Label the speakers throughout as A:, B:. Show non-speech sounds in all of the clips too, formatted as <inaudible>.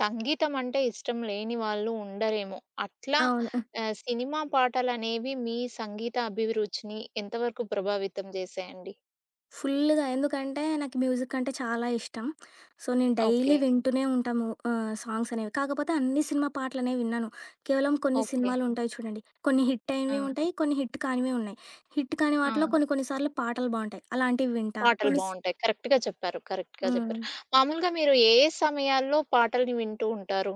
A: సంగీతం అంటే ఇష్టం లేని వాళ్ళు ఉండరేమో. అట్లా
B: అవును.
A: సినిమా పాటలనేవి మీ సంగీత అభిరుచిని ఎంతవరకు ప్రభావితం చేశాయండి?
B: ఫుల్లుగా. ఎందుకంటే, నాకు మ్యూజిక్ అంటే చాలా ఇష్టం. సో, నేను డైలీ
A: ఓకే.
B: వింటూనే ఉంటా ము సాంగ్స్ అనేవి. కాకపోతే అన్ని సినిమా పాటలనేవి వినను. కేవలం కొన్ని
A: ఓకే.
B: సినిమాలుంటాయి చూడండి. కొన్ని హిట్
A: ఆ!
B: అయినవి ఉంటాయి, కొన్ని హిట్ కానివి ఉన్నాయి. హిట్ కాని
A: ఆ!
B: వాటిలో కొన్ని కొన్ని సార్లు పాటలు బావుంటాయి. అలాంటివి వింటా.
A: పాటలు
B: కొన్ని స్
A: బావుంటాయి. కరెక్ట్‌గా చెప్పారు. కరెక్ట్‌గా
B: హ్మ్.
A: చెప్పారు. మామూలుగా మీరు ఏ ఏ సమయాల్లో పాటల్ని వింటూ ఉంటారు?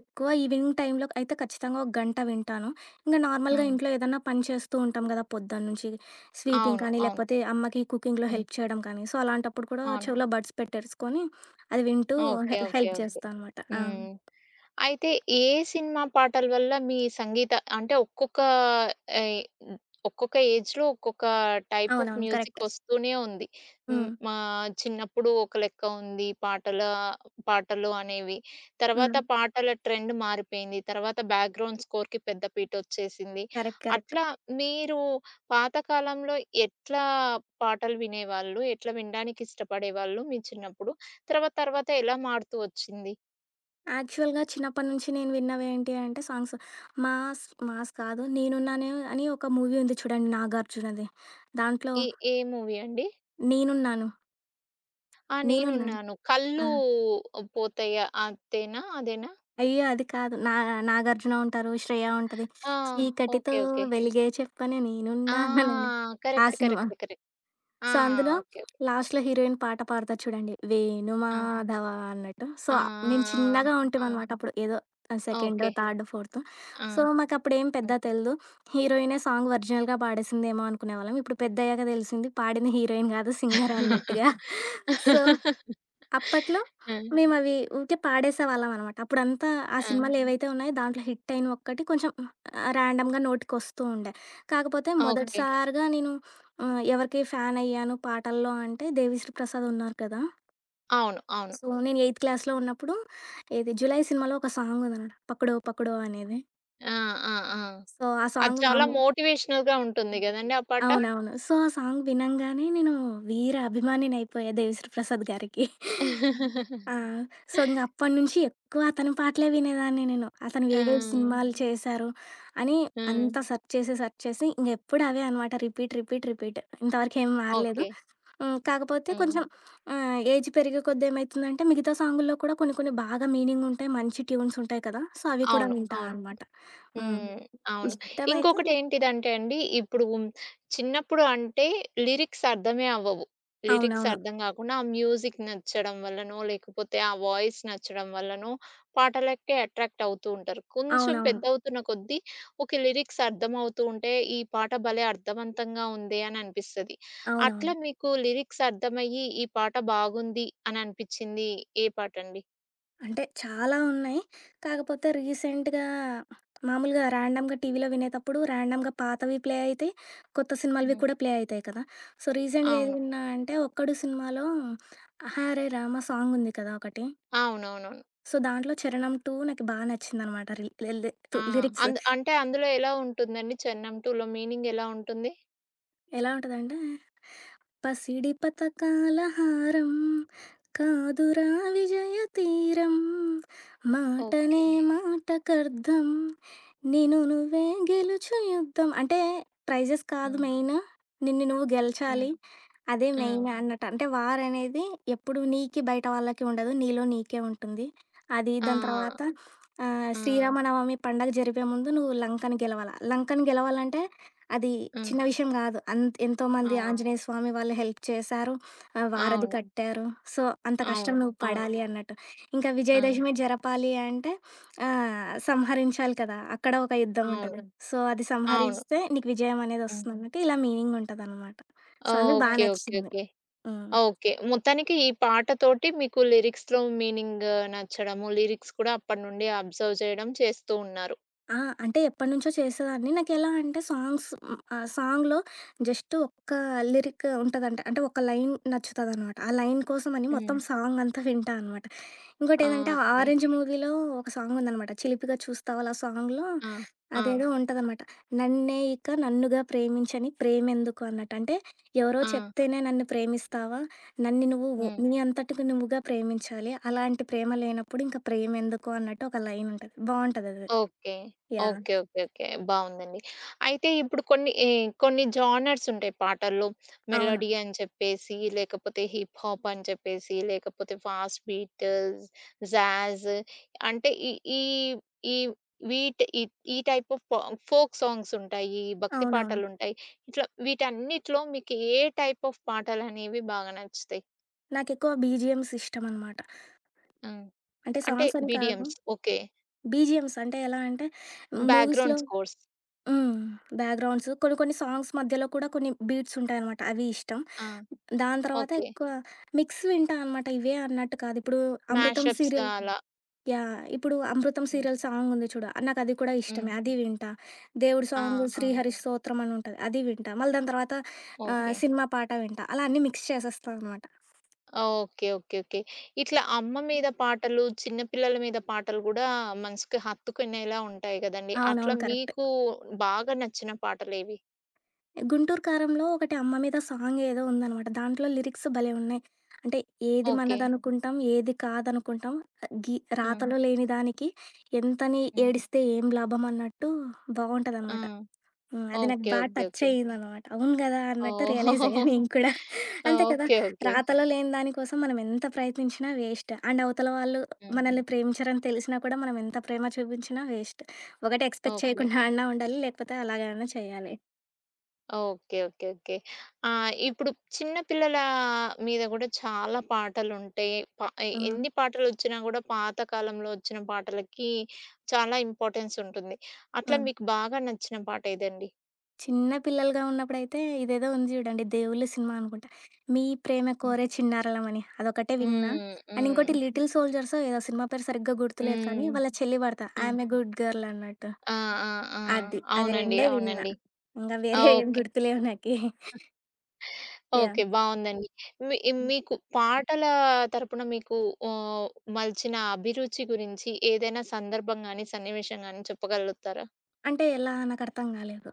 B: ఎక్కువ ఈవినింగ్ టైంలో అయితే ఖచ్చితంగా ఒక గంట వింటాను. ఇంక నార్మల్‌గా
A: హ్మ్.
B: ఇంట్లో ఏదన్నా పని చేస్తూ ఉంటాం గదా! పొద్దున్నుంచి స్వీపింగ్
A: అవును.
B: కానీ,
A: అవును.
B: లేకపోతే అమ్మకి కుకింగ్‌లో
A: హ్మ్.
B: హెల్ప్ చేయడం కానీ, సో, అలాంటప్పుడు కూడా
A: అవును.
B: చెవిలో బడ్స్ పెట్టేసుకొని అది వింటూ
A: ఓకే. ఓకే.
B: Help
A: okay.
B: చేస్తా అనమాట. ఆ!
A: హ్మ్. అయితే ఏ సినిమా పాటల వల్ల మీ సంగీత అంటే ఒక్కొక్క ఏయ్ హ్మ్. ఒక్కొక్క ఏజ్‌లో ఒక్కొక్క టైప్ ఆఫ్
B: అవునవును.
A: Music
B: correct.
A: వస్తూనే ఉంది. హ్మ్.
B: హ్మ్.
A: మా చిన్నప్పుడు ఒక లెక్క ఉంది పాటలు అనేవి. తర్వాత
B: హ్మ్.
A: పాటల ట్రెండ్ మారిపోయింది. తర్వాత బ్యాక్‌గ్రౌండ్ స్కోర్‌కి పెద్ద పీటొచ్చేసింది.
B: కరెక్ట్. కరెక్ట్.
A: అట్లా మీరు పాత కాలంలో ఎట్లా పాటలు వినేవాళ్ళు? ఎట్లా వినడానికి ఇష్టపడేవాళ్ళు మీ చిన్నప్పుడు? తర్వాత తర్వాత ఎలా మారుతూ వచ్చింది?
B: యాక్చువల్‌గా చిన్నప్పటి నుంచి నేను విన్నవేంటి అంటే సాంగ్స్ మాస్ మాస్ కాదు. 'నేనున్నానే' అని ఒక మూవీ ఉంది చూడండి 'నాగార్జున'ది. దాంట్లో
A: ఈ ఏ మూవీ అండి?
B: 'నేనున్నాను,
A: ఆ!
B: నేనున్నాను'.
A: నేనున్నాను. కళ్ళు
B: ఆ!
A: పోతాయి అంతేనా? అదేనా?
B: అయ్యో! అది కాదు. నా 'నాగార్జున' ఉంటారు. 'శ్రేయ' ఉంటది.
A: ఆ!
B: చీకటితో
A: ఓకే. ఓకే.
B: వెలిగే చెప్పనే
A: ఆ!
B: నేనున్నానని. ఆ
A: కరెక్ట్.
B: సినిమా.
A: కరెక్ట్. కరెక్ట్. ఆ!
B: సో, అందులో
A: ఓకే. ఓకే.
B: లాస్ట్‌లో హీరోయిన్ పాట పాడుతది చూడండి.
A: ఆ!
B: వేణుమాధవ అన్నట్టు. సో, మేము
A: ఆ!
B: చిన్నగా
A: ఆ! ఆ!
B: ఉంటిమనమాట అప్పుడు. ఏదో
A: ఆ!
B: సెకండో,
A: ఓకే.
B: థర్డో, ఫోర్తో.
A: ఆ!
B: సో, మాకప్పుడేం పెద్ద
A: హ్మ్.
B: తెలీదు. హీరోయినే సాంగ్ ఒరిజినల్‌గా పాడేసిందేమో అనుకునేవాళ్ళం. ఇప్పుడు పెద్దయ్యాక తెలిసింది పాడింది హీరోయిన్ కాదు సింగర్ అన్నట్టుగా. సో, అప్పట్లో
A: ఆ!
B: మేమవి ఊకే పాడేసేవాళ్ళమనమాట. అప్పుడంతా ఆ
A: ఆ!
B: సినిమాలేవైతే ఉన్నాయో దాంట్లో హిట్టయిన ఒక్కటి కొంచెం ర్యాండమ్‌గా నోటికొస్తూ ఉండే. కాకపోతే ఓకే.
A: ఓకే.
B: మొదటిసారిగా నేను ఎవరికి ఫ్యానయ్యాను పాటల్లో అంటే దేవిశ్రీ ప్రసాద్ ఉన్నారు కదా!
A: అవును. అవును.
B: సో, నేను ఎయిత్ క్లాస్‌లో ఉన్నప్పుడు ఇది 'జులై' సినిమాలో ఒక సాంగుందనమాట 'పక్కడో పక్కడో' అనేది.
A: ఆ! ఆ! ఆ!
B: సో, ఆ
A: అది
B: సాంగ్
A: చాలా
B: మామూలు
A: మోటివేషనల్‌గా ఉంటుంది
B: ఉంటుంది.
A: గదండీ ఆ పాట.
B: అవునవును. సో, ఆ సాంగ్ వినంగానే నేను వీర అభిమానినయిపోయా 'దేవిశ్రీ ప్రసాద్' గారికి. ఆ! సో, ఇంగ అప్పటినుంచి ఎక్కువ అతని పాటలే వినేదాన్ని నేను. అతను
A: ఆ!
B: ఏవేవి సినిమాలు చేశారు అని
A: హ్మ్.
B: అంతా సెర్చ్ చేసి, సెర్చ్ చేసి ఇంగెప్పుడు అవే అనమాట రిపీట్, రిపీట్, రిపీట్. ఇంతవరకు ఏం మారలేదు.
A: ఓకే.
B: హ్మ్. కాకపోతే
A: హ్మ్.
B: కొంచెం ఏజ్ పెరిగే కొద్దీ ఏమైతుందంటే మిగతా సాంగుల్లో కూడా కొన్ని కొన్ని బాగా మీనింగుంటాయి, మంచి ట్యూన్స్ ఉంటాయి కదా! సో, అవి కూడా
A: అవును.
B: వింటా
A: అవును.
B: అనమాట. హ్మ్. హ్మ్.
A: హ్మ్. అవును.
B: ఇష్టమైతే ఇప్పుడు
A: ఇంకొకటేంటిదంటే అండి, ఇప్పుడు చిన్నప్పుడు అంటే లిరిక్స్ అర్థమే అవ్వవు. లిరిక్స్
B: అవునవును.
A: అర్థం గాకుండా ఆ మ్యూజిక్ నచ్చడం వల్లనో, లేకపోతే ఆ వాయిస్ నచ్చడం వల్లనో పాటలకే అట్రాక్ట్ అవుతూ ఉంటారు. కొంచెం
B: అవునవును.
A: పెద్దవుతున్న కొద్దీ ఓకే. లిరిక్స్ అర్థమవుతూ ఉంటే, ఈ పాట భలే అర్థవంతంగా ఉందే అని అనిపిస్తది.
B: అవునవును.
A: అట్లా మీకు లిరిక్స్ అర్థమయ్యి ఈ పాట బాగుంది అని అనిపిచ్చింది ఏ పాటండి?
B: అంటే చాలా ఉన్నాయి. కాకపోతే రీసెంట్‌గా మామూలుగా ర్యాండమ్‌గా టీవీలో వినేటప్పుడు ర్యాండమ్‌గా పాతవి ప్లే అయితాయి. కొత్త సినిమాలవి
A: హ్మ్.
B: కూడా ప్లే అయితాయి కదా! సో, రీసెంట్‌గా ఏది
A: అవును.
B: విన్నా అంటే 'ఒక్కడు' సినిమాలో 'ఆహారే రామ' సాంగ్ ఉంది కదా! ఒకటి.
A: అవునవును.
B: సో, దాంట్లో 'చరణం 2' నాకు బా నచ్చిందనమాట. రి లి లి
A: ఆ!
B: లిరిక్స్.
A: అంటే అందులో ఎలా ఉంటుందండి 'చెన్నం 2లో' మీనింగ్ ఎలా ఉంటుంది?
B: ఎలా ఉంటదంటే, పసిడి పతకాల హారం కాదురా విజయ తీరం మాటనే
A: ఓకే.
B: మాటకర్థం నిన్ను నువ్వే గెలుచు యుద్ధం. అంటే ప్రైజెస్ కాదు
A: హ్మ్.
B: మెయిన్. నిన్ను నువ్వు
A: హ్మ్.
B: గెలచాలి. అదే
A: హ్మ్.
B: మెయిన్ అన్నట్టు. అంటే వార్ అనేది ఎప్పుడు నీకి బయట వాళ్ళకి ఉండదు. నీలో నీకే ఉంటుంది. అది
A: ఆ!
B: దాని తర్వాత
A: ఆ!
B: శ్రీరామనవమి పండగ జరిపే ముందు నువ్వు లంకని గెలవాల. లంకని గెలవాలంటే అది
A: హ్మ్.
B: చిన్న విషయం గాదు. ఎంతోమంది
A: అవును.
B: ఆంజనేయ స్వామి వాళ్ళు హెల్ప్ చేశారు. వారధి
A: అవును.
B: కట్టారు. సో, అంత కష్టం
A: అవును.
B: నువ్వు
A: అవును.
B: పడాలి అన్నట్టు. ఇంకా
A: ఆ!
B: విజయదశమి జరపాలి అంటే సంహరించాలి కదా! అక్కడ ఒక యుద్ధం
A: అవును.
B: ఉంటది. సో, అది
A: అవును.
B: సంహరిస్తే నీకు విజయం
A: హ్మ్.
B: అనేదొస్తుందన్నట్టు ఇలా మీనింగ్ ఉంటదనమాట. సో, అందుకు బా ఓహ్!
A: ఓకే. ఓకే.
B: నచ్చింది.
A: ఓకే.
B: హ్మ్.
A: ఓకే. మొత్తానికి ఈ పాటతోటి మీకు లిరిక్స్‌లో మీనింగ్ నచ్చడము, లిరిక్స్ కూడా అప్పటి నుండి అబ్జర్వ్ చేయడం చేస్తూ ఉన్నారు.
B: ఆ! అంటే ఎప్పటినుంచో చేసేదాన్ని. నాకెలా అంటే సాంగ్స్ హ్మ్, సాంగ్‌లో జస్ట్ ఒక్క లిరిక్ ఉంటదంట. అంటే ఒక లైన్ నచ్చుతదనమాట. ఆ లైన్ కోసమని మొత్తం
A: హ్మ్.
B: సాంగ్ అంతా వింటా అనమాట.
A: ఆ!
B: ఇంకోటేందంటే,
A: ఓకే.
B: 'ఆరెంజ్' మూవీలో ఒక సాంగుందనమాట. 'చిలిపిగా చూస్తావలా' సాంగ్‌లో
A: ఆ! ఆ!
B: అదేదో ఉంటదనమాట. నన్నే ఇక నన్నుగా ప్రేమించని ప్రేమెందుకు అన్నట్టు. అంటే, ఎవరో
A: ఆ!
B: చెప్తేనే నన్ను ప్రేమిస్తావా? నన్ను నువ్వు ఓ-
A: హ్మ్.
B: నీ అంతటికి నువ్వుగా ప్రేమించాలి. అలాంటి ప్రేమ లేనప్పుడు ఇంక ప్రేమెందుకు అన్నట్టు ఒక లైనుంటది. బావుంటదది.
A: Okay.
B: Yeah!
A: Okay. Okay. Okay. బావుందండి. అయితే ఇప్పుడు కొన్ని జానర్స్ ఉంటాయి పాటల్లో.
B: అవును.
A: మెలోడీ అని చెప్పేసి, లేకపోతే హిప్ హాప్ అని చెప్పేసి, లేకపోతే ఫాస్ట్ బీట్, జాజ్ అంటే ఈ ఈ ఈ వీటి ఈ ఈ టైప్ ఆఫ్ ఫోక్ సాంగ్స్ ఉంటాయి, భక్తి
B: అవునవును.
A: పాటలుంటాయి. ఇట్లా వీటన్నిటిలో మీకు ఏ టైప్ ఆఫ్ పాటలనేవి బాగా నచ్చుతాయి?
B: నాకెక్కువ బీజీఎమ్స్ ఇష్టమనమాట.
A: హ్మ్.
B: అంటే,
A: అంటే
B: సాంగ్సని కాదు.
A: బీడిఎమ్స్. ఓకే.
B: బీజీఎమ్స్ అంటే ఎలా అంటే, మూవీస్‌లో
A: బ్యాక్‌గ్రౌండ్ స్కోర్స్.
B: హ్మ్. బ్యాక్‌గ్రౌండ్స్ కొన్ని కొన్ని సాంగ్స్ మధ్యలో కూడా కొన్ని బీట్స్ ఉంటాయనమాట. అవి ఇష్టం.
A: ఆ!
B: దాని తర్వాత
A: ఓకే.
B: ఎక్కువ మిక్స్ వింటా అనమాట. ఇవే అన్నట్టు కాదు. ఇప్పుడు 'అమృతం'
A: మ్యాషప్స్
B: సీరియల్
A: అలా.
B: యాహ్! ఇప్పుడు 'అమృతం'
A: హ్మ్.
B: సీరియల్ సాంగ్ ఉంది చూడు. నాకది కూడా
A: హ్మ్.
B: ఇష్టమే. అది వింటా. దేవుడి
A: ఆ!
B: సాంగ్
A: ఆ!
B: 'శ్రీహరి స్తోత్రం' అని ఉంటది. అది వింటా. మళ్ళీ దాని తర్వాత
A: ఓకే.
B: సినిమా పాట వింటా. అలా అన్నీ మిక్స్ చేసేస్తా అనమాట.
A: ఓకే. ఓకే. ఓకే. ఇట్లా అమ్మ మీద పాటలు, చిన్న పిల్లల మీద పాటలు గూడా మనసుకి హత్తుకునేలా ఉంటాయి గదండీ! అట్లా
B: అవునవును. కరెక్ట్.
A: మీకు బాగా నచ్చిన పాటలేవి?
B: గుంటూరు కారంలో ఒకటి 'అమ్మ మీద' సాంగ్ ఏదో ఉందనమాట. దాంట్లో లిరిక్స్ భలే ఉన్నాయి. అంటే ఏది
A: ఓకే.
B: మనదనుకుంటాం, ఏది కాదనుకుంటాం,
A: ఆ!
B: రాతలో లేని దానికి ఎంతని
A: హ్మ్.
B: ఏడిస్తే ఏం లాభం అన్నట్టు
A: ఆ!
B: బావుంటదనమాట. హ్మ్. అది నాకు
A: ఓకే.
B: బా
A: ఓకే.
B: Touch
A: okay.
B: అయ్యిందనమాట. అవును గదా! అన్నట్టు
A: ఓహ్!
B: రియలైజ్ అయ్యా
A: <laughs>
B: నేను కూడా. అంతే కదా!
A: ఓకే. ఓకే.
B: రాతలో లేని దానికోసం మనం ఎంత ప్రయత్నించినా వేస్ట్. అండ్ అవతల వాళ్ళు
A: హ్మ్.
B: మనల్ని ప్రేమించరని తెలిసినా కూడా మనం ఎంత ప్రేమ చూపించినా వేస్ట్. ఒకటి ఎక్స్‌పెక్ట్
A: ఓకే.
B: చేయకుండా అన్నా ఉండాలి. లేకపోతే అలాగన్నా చేయాలి.
A: ఓకే. ఓకే. ఓకే. ఇప్పుడు చిన్న పిల్లల మీద గూడా చాలా పాటలుంటాయి. ప ఎ
B: హ్మ్.
A: ఎన్ని పాటలొచ్చినా గూడా పాత కాలంలో ఒచ్చిన పాటలకి చాలా ఇంపార్టెన్స్ ఉంటుంది. అట్లా
B: హ్మ్.
A: మీకు బాగా నచ్చిన పాట ఏదండి?
B: చిన్న పిల్లలుగా ఉన్నప్పుడైతే ఇదేదో ఉంది చూడండి 'దేవుళ్ళు' సినిమా అనుకుంటా. 'మీ ప్రేమ
A: హ్మ్.
B: కోరే చిన్నారలమ'ని అదొకటే విన్నా.
A: హ్మ్.
B: అండ్
A: హ్మ్.
B: ఇంకోటి 'లిటిల్ సోల్జర్సో' ఏదో సినిమా పేరు సరిగ్గా గుర్తులేదు కానీ
A: హ్మ్.
B: వాళ్ళ చెల్లి పాడతా
A: హ్మ్.
B: 'ఐయామ్ ఎ గుడ్ గర్ల్' అన్నట్టు.
A: ఆ! ఆ! ఆ!
B: అది. అవి
A: అవునండి.
B: రెండే విన్నా.
A: అవునండి.
B: ఇంగ వేరే ఏం
A: ఓకే.
B: గుర్తులేవు నాకి. యాహ్!
A: ఓకే. బావుందండి. మీ మీకు పాటల తరపున మీకు ఆహ్, మలిచిన అభిరుచి గురించి ఏదైనా సందర్భం గాని, సన్నివేశం గాని చెప్పగలుగుతారా?
B: అంటే ఎలా? నాకర్థం కాలేదు.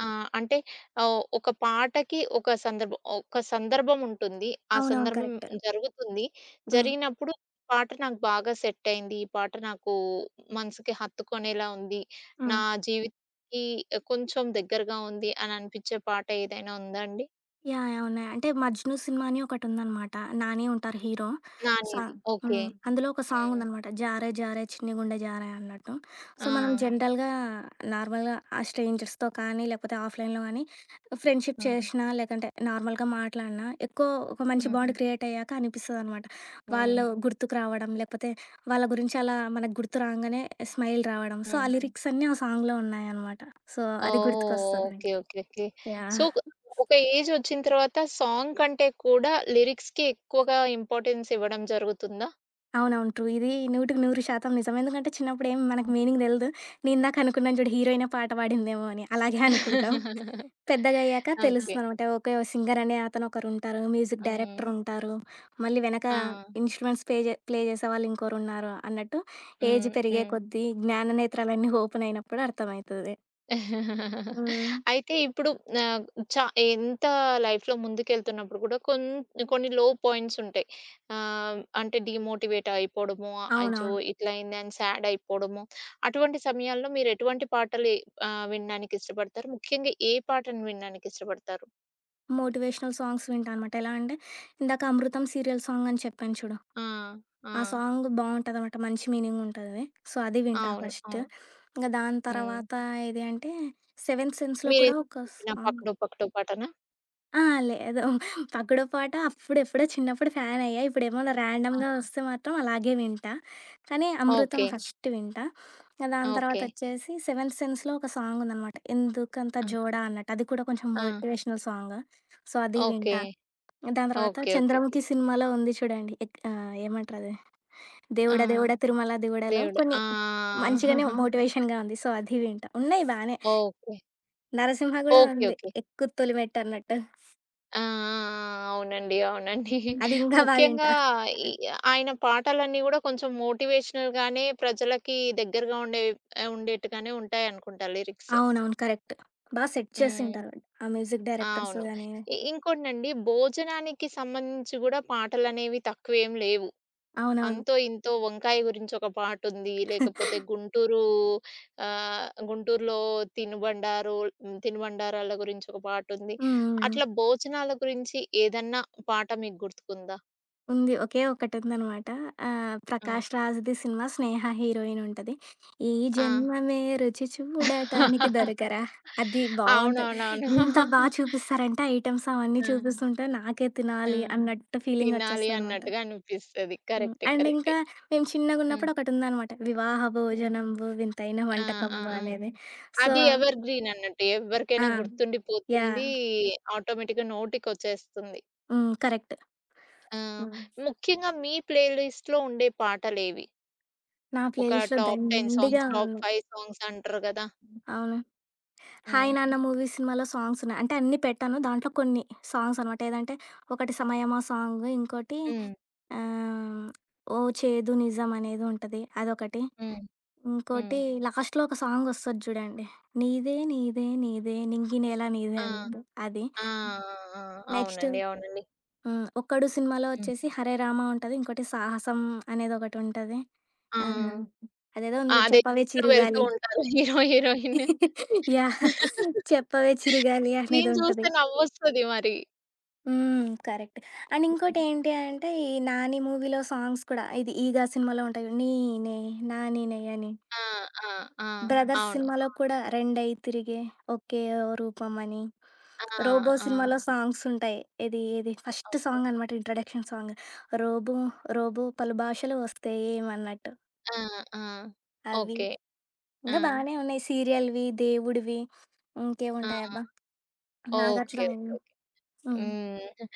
A: ఆ! అంటే ఒక పాటకి ఒక సందర్భం ఉంటుంది. ఆ
B: అవునవును.
A: సందర్భం
B: కరెక్ట్.
A: జరుగుతుంది.
B: హ్మ్.
A: జరిగినప్పుడు ఈ పాట నాకు బాగా సెట్ అయింది. ఈ పాట నాకు మనసుకి హత్తుకునేలా ఉంది.
B: హ్మ్.
A: నా జీవితానికి కొంచెం దగ్గరగా ఉంది అని అనిపించే పాట ఏదైనా ఉందా అండి?
B: యాహ్! యాహ్! ఉన్నాయి. అంటే 'మజ్ను' సినిమా అని ఒకటుందనమాట. నాని ఉంటారు హీరో. స
A: 'నానిది.'
B: హ్మ్.
A: ఓకే.
B: ఓకే. అందులో ఒక
A: హ్మ్.
B: సాంగుందనమాట. 'జారె జారె చిన్ని గుండె జారె' అన్నట్టు. సో,
A: ఆ!
B: మనం ఆహా! జనరల్‌గా నార్మల్‌గా ఆ స్ట్రేంజర్స్‌తో కానీ, లేకపోతే ఆఫ్‌లైన్‌లో గానీ ఫ్రెండ్‌షిప్
A: హ్మ్.
B: చేషినా, లేకంటే నార్మల్‌గా మాట్లాడినా ఎక్కువ ఒక మంచి
A: హ్మ్.
B: బాండ్ హ్మ్. క్రియేట్ అయ్యాక అనిపిస్తదనమాట.
A: హ్మ్.
B: వాళ్ళు గుర్తుకు రావడం, లేకపోతే వాళ్ళ గురించి అలా మనకు గుర్తు రాంగానే స్మైల్ రావడం. సో, ఆ
A: హ్మ్.
B: హ్మ్. లిరిక్స్ అన్నీ ఆ సాంగ్‌లో ఉన్నాయనమాట. సో, అది ఆహా!
A: ఓహ్!
B: గుర్తుకొస్తది
A: ఓకే.
B: నాకి.
A: ఓకే. ఓకే.
B: యాహ్!
A: సో, ఒక ఏజ్ వచ్చిన తర్వాత సాంగ్ కంటే కూడా లిరిక్స్‌కి ఎక్కువగా ఇంపార్టెన్స్ ఇవ్వడం జరుగుతుందా?
B: అవునవును. ట్రూ. ఇది 100% నిజం. ఎందుకంటే చిన్నప్పుడు ఏం మనకు
A: అవును.
B: మీనింగ్ తెలీదు. నేను ఇందాక అనుకున్నాను చూడు హీరోయినే పాట పాడిందేమో అని. అలాగే అనుకుంటాం.
A: <laughs>
B: పెద్దగా అయ్యాక ఆ!
A: ఓకే.
B: తెలుస్తుందనమాట. ఓకే. సింగర్ అనే అతను ఒకరుంటారు. మ్యూజిక్
A: హ్మ్.
B: డైరెక్టర్ ఉంటారు. మళ్ళీ వెనక
A: ఆ!
B: ఇన్‌స్ట్రుమెంట్స్ పే జే ప్లే చేసేవాళ్ళు ఇంకోరున్నారు అన్నట్టు ఏజ్
A: హ్మ్.
B: పెరిగే
A: హ్మ్.
B: కొద్దీ జ్ఞాన నేత్రాలన్నీ ఓపెన్ అయినప్పుడు అర్థమైతది.
A: <laughs>
B: హ్మ్.
A: అయితే ఇప్పుడు ఆహ్, చ ఎంత లైఫ్‌లో ముందుకెళ్తున్నప్పుడు కూడా కొన్ని లో పాయింట్స్ ఉంటాయి. అంటే డీమోటివేట్ అయిపోవడము, అయ్యో!
B: అవునవును.
A: ఇట్లా అయింది అని సాడ్ అయిపోవడము. అటువంటి సమయాల్లో మీరు ఎటువంటి పాటలు వినడానికి ఇష్టపడతారు? ముఖ్యంగా ఏ పాటను వినడానికి ఇష్టపడతారు?
B: మోటివేషనల్ సాంగ్స్ వింటా అనమాట. ఎలా అంటే ఇందాక 'అమృతం' సీరియల్ సాంగ్ అని చెప్పాను చూడు.
A: ఆ! ఆ!
B: ఆ సాంగ్ బావుంటదనమాట. మంచి మీనింగుంటది. సో, అది వింటా
A: అవును.
B: ఫస్ట్.
A: అవును.
B: ఇంక దాని
A: హ్మ్.
B: తర్వాత ఏది అంటే 'సెవెంత్ సెన్స్‌లో' కూడా
A: మీరేం
B: ఒక
A: చెప్పిన
B: సాంగ్
A: 'పక్డో పక్డో' పాటనా?
B: ఆ! లేదు. 'పక్కడో పాట' అప్పుడెప్పుడో చిన్నప్పుడు ఫ్యానయ్యా. ఇప్పుడేమన్నా
A: ఆ!
B: ర్యాండమ్‌గా వస్తే మాత్రం అలాగే వింటా. కానీ 'అమృతం'
A: ఓకే.
B: ఫస్ట్ వింటా. ఇంక దాని
A: ఓకే.
B: తర్వాతొచ్చేసి 'సెవెంత్ సెన్స్‌లో' ఒక సాంగుందనమాట. 'ఎందుకంత
A: ఆ!
B: జోడ' అన్నట్టు. అది కూడా కొంచెం
A: ఆ!
B: Motivational song. సో, అది
A: ఓకే.
B: వింటా. దాని తర్వాత
A: ఓకే. ఓకే. ఓకే.
B: 'చంద్రముఖి' సినిమాలో ఉంది చూడండి. ఎక్ ఏమంటరది?
A: ఆ!
B: దేవుడ దేవుడ తిరుమల దేవుడలో
A: దేవుడు.
B: కొన్ని
A: ఆ!
B: మంచిగానే మోటివేషన్‌గా ఉంది. సో, అది వింటా. ఉన్నాయి బానే.
A: ఓకే.
B: 'నరసింహ' గూడా
A: ఓకే.
B: ఉంది.
A: ఓకే.
B: ఎక్కు తొలిమెట్టు అన్నట్టు.
A: ఆ! ఆ! ఆ! అవునండి. అవునండి.
B: అది ఇంకా బా
A: ముఖ్యంగా
B: వింటా.
A: ఈ ఆయన పాటలన్నీ గూడా కొంచెం మోటివేషనల్‌గానే ప్రజలకి దగ్గరగా ఉండే ఉండేట్టుగానే ఉంటాయనుకుంటా లిరిక్స్.
B: అవునవును. కరెక్ట్. బా సెట్
A: హ్మ్.
B: చేసింటారు ఆ మ్యూజిక్ డైరెక్టర్స్
A: అవును.
B: గాని.
A: ఇంకోటండి భోజనానికి సంబంధించి గూడా పాటలనేవి తక్కువేం లేవు.
B: అవునవును.
A: అంతో ఇంతో 'వంకాయ' గురించి ఒక పాటుంది. లేకపోతే గుంటూరులో తినుబండారు తినుబండారాల గురించి ఒక పాటుంది.
B: హ్మ్. హ్మ్. హ్మ్.
A: అట్లా భోజనాల గురించి ఏదన్నా పాట మీకు గుర్తుకుందా?
B: ఉంది. ఒకే ఒకటుందనమాట.
A: హ్మ్.
B: 'ప్రకాష్ రాజ్‌ది' సినిమా 'స్నేహ' హీరోయిన్ ఉంటది. ఈ
A: ఆ!
B: జన్మమే రుచి చూడటానికి
A: <laughs>
B: దొరకరా అది బావుంటది.
A: అవునవునవును.
B: ఇంత బా చూపిస్తారంటే ఐటెమ్స్ అవన్నీ
A: ఆ!
B: చూపిస్తుంటే నాకే
A: ఆ!
B: తినాలి అన్నట్టు ఫీలింగ్
A: తినాలి
B: ఒచ్చేస్తదనమాట.
A: అన్నట్టుగా అనిపిస్తది.
B: హ్మ్.
A: కరెక్టే.
B: అండ్
A: కరెక్టే.
B: ఇంకా మేము
A: హ్మ్.
B: చిన్నగున్నప్పుడు ఒకటుందనమాట. 'వివాహ
A: హ్మ్.
B: భోజనంబు వింతైన
A: ఆ! ఆ!
B: వంటకంబు'
A: ఆ!
B: అనేది. సో
A: అది ఎవర్ గ్రీన్ అన్నట్టు.
B: ఆ!
A: ఎవరికైనా గుర్తుండిపోతుంది.
B: యాహ్!
A: ఆటోమేటిక్‌గా నోటికొచ్చేస్తుంది.
B: హ్మ్. కరెక్ట్.
A: ఆ!
B: హ్మ్.
A: ముఖ్యంగా మీ ప్లే లిస్ట్‌లో ఉండే పాటలేవి?
B: నా
A: ఒక
B: ప్లేలిస్ట్‌లో
A: టాప్ 10
B: దండిగా
A: సాంగ్స్,
B: ఉన్నాయి.
A: టాప్ 5 సాంగ్స్ అంటారు గదా!
B: అవును. 'హాయ్
A: హ్మ్.
B: నాన్న' మూవీ సినిమాలో సాంగ్స్ ఉన్నాయి. అంటే అన్నీ పెట్టాను. దాంట్లో కొన్ని సాంగ్స్ అనమాట. ఏదంటే ఒకటి 'సమయమా' సాంగ్, ఇంకోటి
A: హ్మ్.
B: ఆహ్, 'ఓ చేదు నిజం' అనేది ఉంటది. అదొకటి.
A: హ్మ్. హ్మ్.
B: ఇంకోటి లాస్ట్‌లో ఒక సాంగ్ వస్తది చూడండి. 'నీదే నీదే నీదే నింగి నేల నీదే'
A: ఆ! ఆ!
B: అన్నట్టు అది.
A: ఆ! ఆ!
B: నెక్స్ట్
A: అవునండి. అవునండి.
B: హ్మ్. 'ఒక్కడు' సినిమాలో
A: హ్మ్.
B: వచ్చేసి 'హరే రామ' ఉంటది. ఇంకోటి 'సాహసం' అనేది ఒకటి ఉంటది.
A: ఆ!
B: ఆ! అదేదో
A: ఆ!
B: ఉంది చూడు
A: అదే
B: 'చెప్పవే
A: జీప్‌లో వెళ్తూ
B: చిరుగాలి'
A: ఉంటారు <laughs> హీరో, హీరోయిన్.
B: <laughs> యాహ్! 'చెప్పవే చిరుగాలి' అనేది
A: సీన్
B: ఉంటది.
A: చూస్తే నవ్వొస్తది మరి.
B: హ్మ్. కరెక్ట్. అండ్
A: హ్మ్.
B: ఇంకోటేంటి అంటే, ఈ 'నాని' మూవీలో సాంగ్స్ కూడా ఇది 'ఈగా' సినిమాలో ఉంటాయి చూడు. నీనే నానినే అని.
A: ఆ! ఆ! ఆ!
B: 'బ్రదర్స్'
A: అవును.
B: సినిమాలో కూడా రెండై తిరిగే ఒకే ఓ రూపమని.
A: ఆ!
B: 'రోబో'
A: ఆ!
B: సినిమాలో సాంగ్స్ ఉంటాయి. ఏది ఏది ఫస్ట్
A: ఓకే.
B: సాంగ్ అనమాట ఇంట్రడక్షన్ సాంగ్. రోబో రోబో పలు భాషలు వస్తయేమన్నట్టు.
A: ఆ! ఆ!
B: అవి
A: ఓకే. ఆ!
B: ఇంగా బానే ఉన్నాయి. సీరియల్‌వి, దేవుడివి
A: ఆ!
B: ఇంకేముంటాయబ్బా!
A: ఓకే.
B: 'నాగార్జున'
A: ఓకే.
B: హ్మ్.
A: హ్మ్.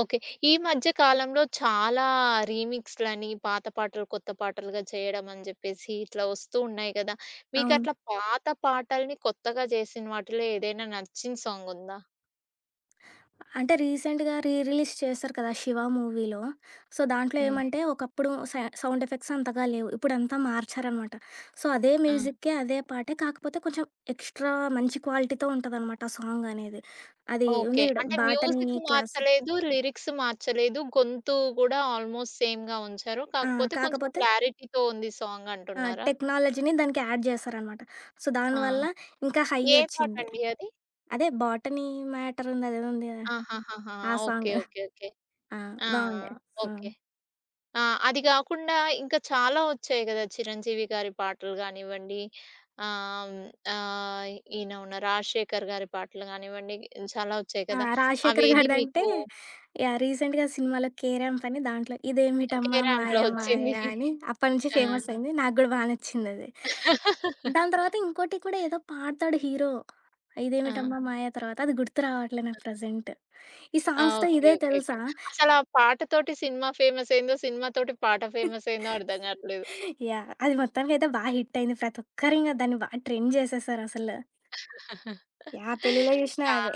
A: ఓకే. ఈ మధ్య కాలంలో చాలా రీమిక్స్‌లని పాత పాటలు, కొత్త పాటలుగా చేయడం అని జెప్పేసి ఇట్లా వస్తూ ఉన్నాయి గదా!
B: అవును.
A: మీకట్లా పాత పాటల్ని కొత్తగా జేసిన వాటిలో ఏదైనా నచ్చిన సాంగుందా?
B: అంటే రీసెంట్‌గా రీ రిలీజ్ చేశారు కదా! 'శివ' మూవీలో. సో, దాంట్లో
A: హ్మ్.
B: ఏమంటే ఒకప్పుడు సౌండ్ ఎఫెక్ట్స్ అంతగా లేవు. ఇప్పుడంతా మార్చారనమాట. సో, అదే
A: ఆ!
B: మ్యూజిక్కే అదే పాటే కాకపోతే కొంచెం ఎక్స్‌ట్రా మంచి క్వాలిటీతో ఉంటదనమాట ఆ సాంగ్ అనేది. అది ఉంది
A: ఓకే.
B: చూడు
A: అంటే
B: 'బాటనీ
A: మ్యూజిక్
B: క్లాస్'
A: మార్చలేదు, లిరిక్స్ మార్చలేదు, గొంతు గూడా ఆల్‌మోస్ట్ సేమ్‌గా ఉంచారు.
B: ఆ!
A: కాకపోతే కొంచెం
B: కాకపోతే
A: క్లారిటీతో ఉంది సాంగ్
B: ఆ!
A: అంటున్నారా?
B: టెక్నాలజీని దానికి యాడ్ చేశారనమాట. సో,
A: ఆ!
B: దానివల్ల ఇంకా హై
A: ఏ
B: వచ్చింది.
A: పాటండి అది?
B: అదే 'బాటనీ మ్యాటర్' ఉంది అదేదో ఉంది కదా!
A: ఆహాహాహా!
B: ఆ సాంగ్.
A: ఓకే. ఓకే. ఓకే.
B: ఆ!
A: ఆ!
B: బావుండే.
A: ఓకే.
B: హ్మ్.
A: ఆ! అది గాకుండా ఇంకా చాలా వచ్చాయి గదా! చిరంజీవి గారి పాటలు గానివ్వండి, ఆహ్, హ్మ్, ఆహ్, ఈయన ఉన్న రాజశేఖర్ గారి పాటలు గానివ్వండి, చాలా వచ్చాయి
B: ఆ!
A: కదా!
B: 'రాజశేఖర్'
A: అవేది మీకు
B: గారిదంటే యాహ్! రీసెంట్‌గా సినిమాలో 'కేరామ్' పని దాంట్లో
A: కే
B: ఇదేమిటమ్మా మాయ
A: ర్యాంప్‌లో
B: మాయ
A: వచ్చింది.
B: అని అప్పటి నుంచి ఫేమస్
A: ఆ!
B: అయింది. నాకు గూడా బా నచ్చిందది. దాని తర్వాత ఇంకోటి కూడా ఏదో పాడతాడు హీరో.
A: ఆ!
B: ఇదేమిటమ్మా మాయ తర్వాత అది గుర్తు రావట్లే నాకు ప్రెజెంట్. ఈ
A: ఆ!
B: సాంగ్స్‌తో
A: ఓకే.
B: ఇదే
A: ఓకే.
B: తెలుసా?
A: ఓకే. అసల ఆ పాటతోటి సినిమా ఫేమస్ అయిందో, సినిమాతోటి పాట ఫేమస్ అయిందో అర్థం గాట్లేదు.
B: యాహ్! అది మొత్తానికైతే బా హిట్ అయింది. ప్రతి ఒక్కరు ఇంగ దాన్ని బా ట్రెండ్ చేసేసారసలు. యాహ్! పెళ్లిలో జూషినా
A: చా
B: అదే.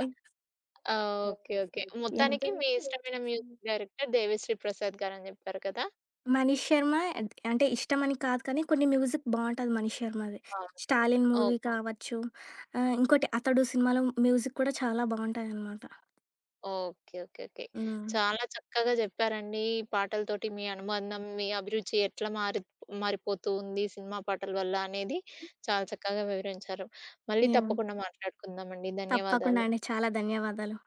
A: ఆ, ఓకే. ఓకే.
B: యాహ్!
A: మొత్తానికి మీ ఇష్టమైన మ్యూజిక్ డైరెక్టర్ 'దేవిశ్రీ ప్రసాద్' గారని జెప్పారు కదా!
B: 'మనీష్ శర్మ' అంటే ఇష్టమని కాదు కానీ కొన్ని మ్యూజిక్ బావుంటది 'మనీష్ శర్మ'ది.
A: బావుంటుంది.
B: 'స్టాలిన్' మూవీ
A: ఓహ్!
B: కావచ్చు, ఇంకోటి 'అతడు' సినిమాలో మ్యూజిక్ కూడా చాలా బావుంటాయనమాట.
A: ఓకే. ఓకే. ఓకే.
B: హ్మ్.
A: చాలా చక్కగా చెప్పారండి. ఈ పాటలతోటి మీ అనుబంధం, మీ అభిరుచి ఎట్లా మారిపోతూ ఉంది సినిమా పాటల వల్ల అనేది చాలా చక్కగా వివరించారు. మళ్ళీ
B: యాహ్!
A: తప్పకుండా మాట్లాడుకుందామండి.
B: తప్పకుండా
A: ధన్యవాదాలు.
B: అండి. చాలా ధన్యవాదాలు.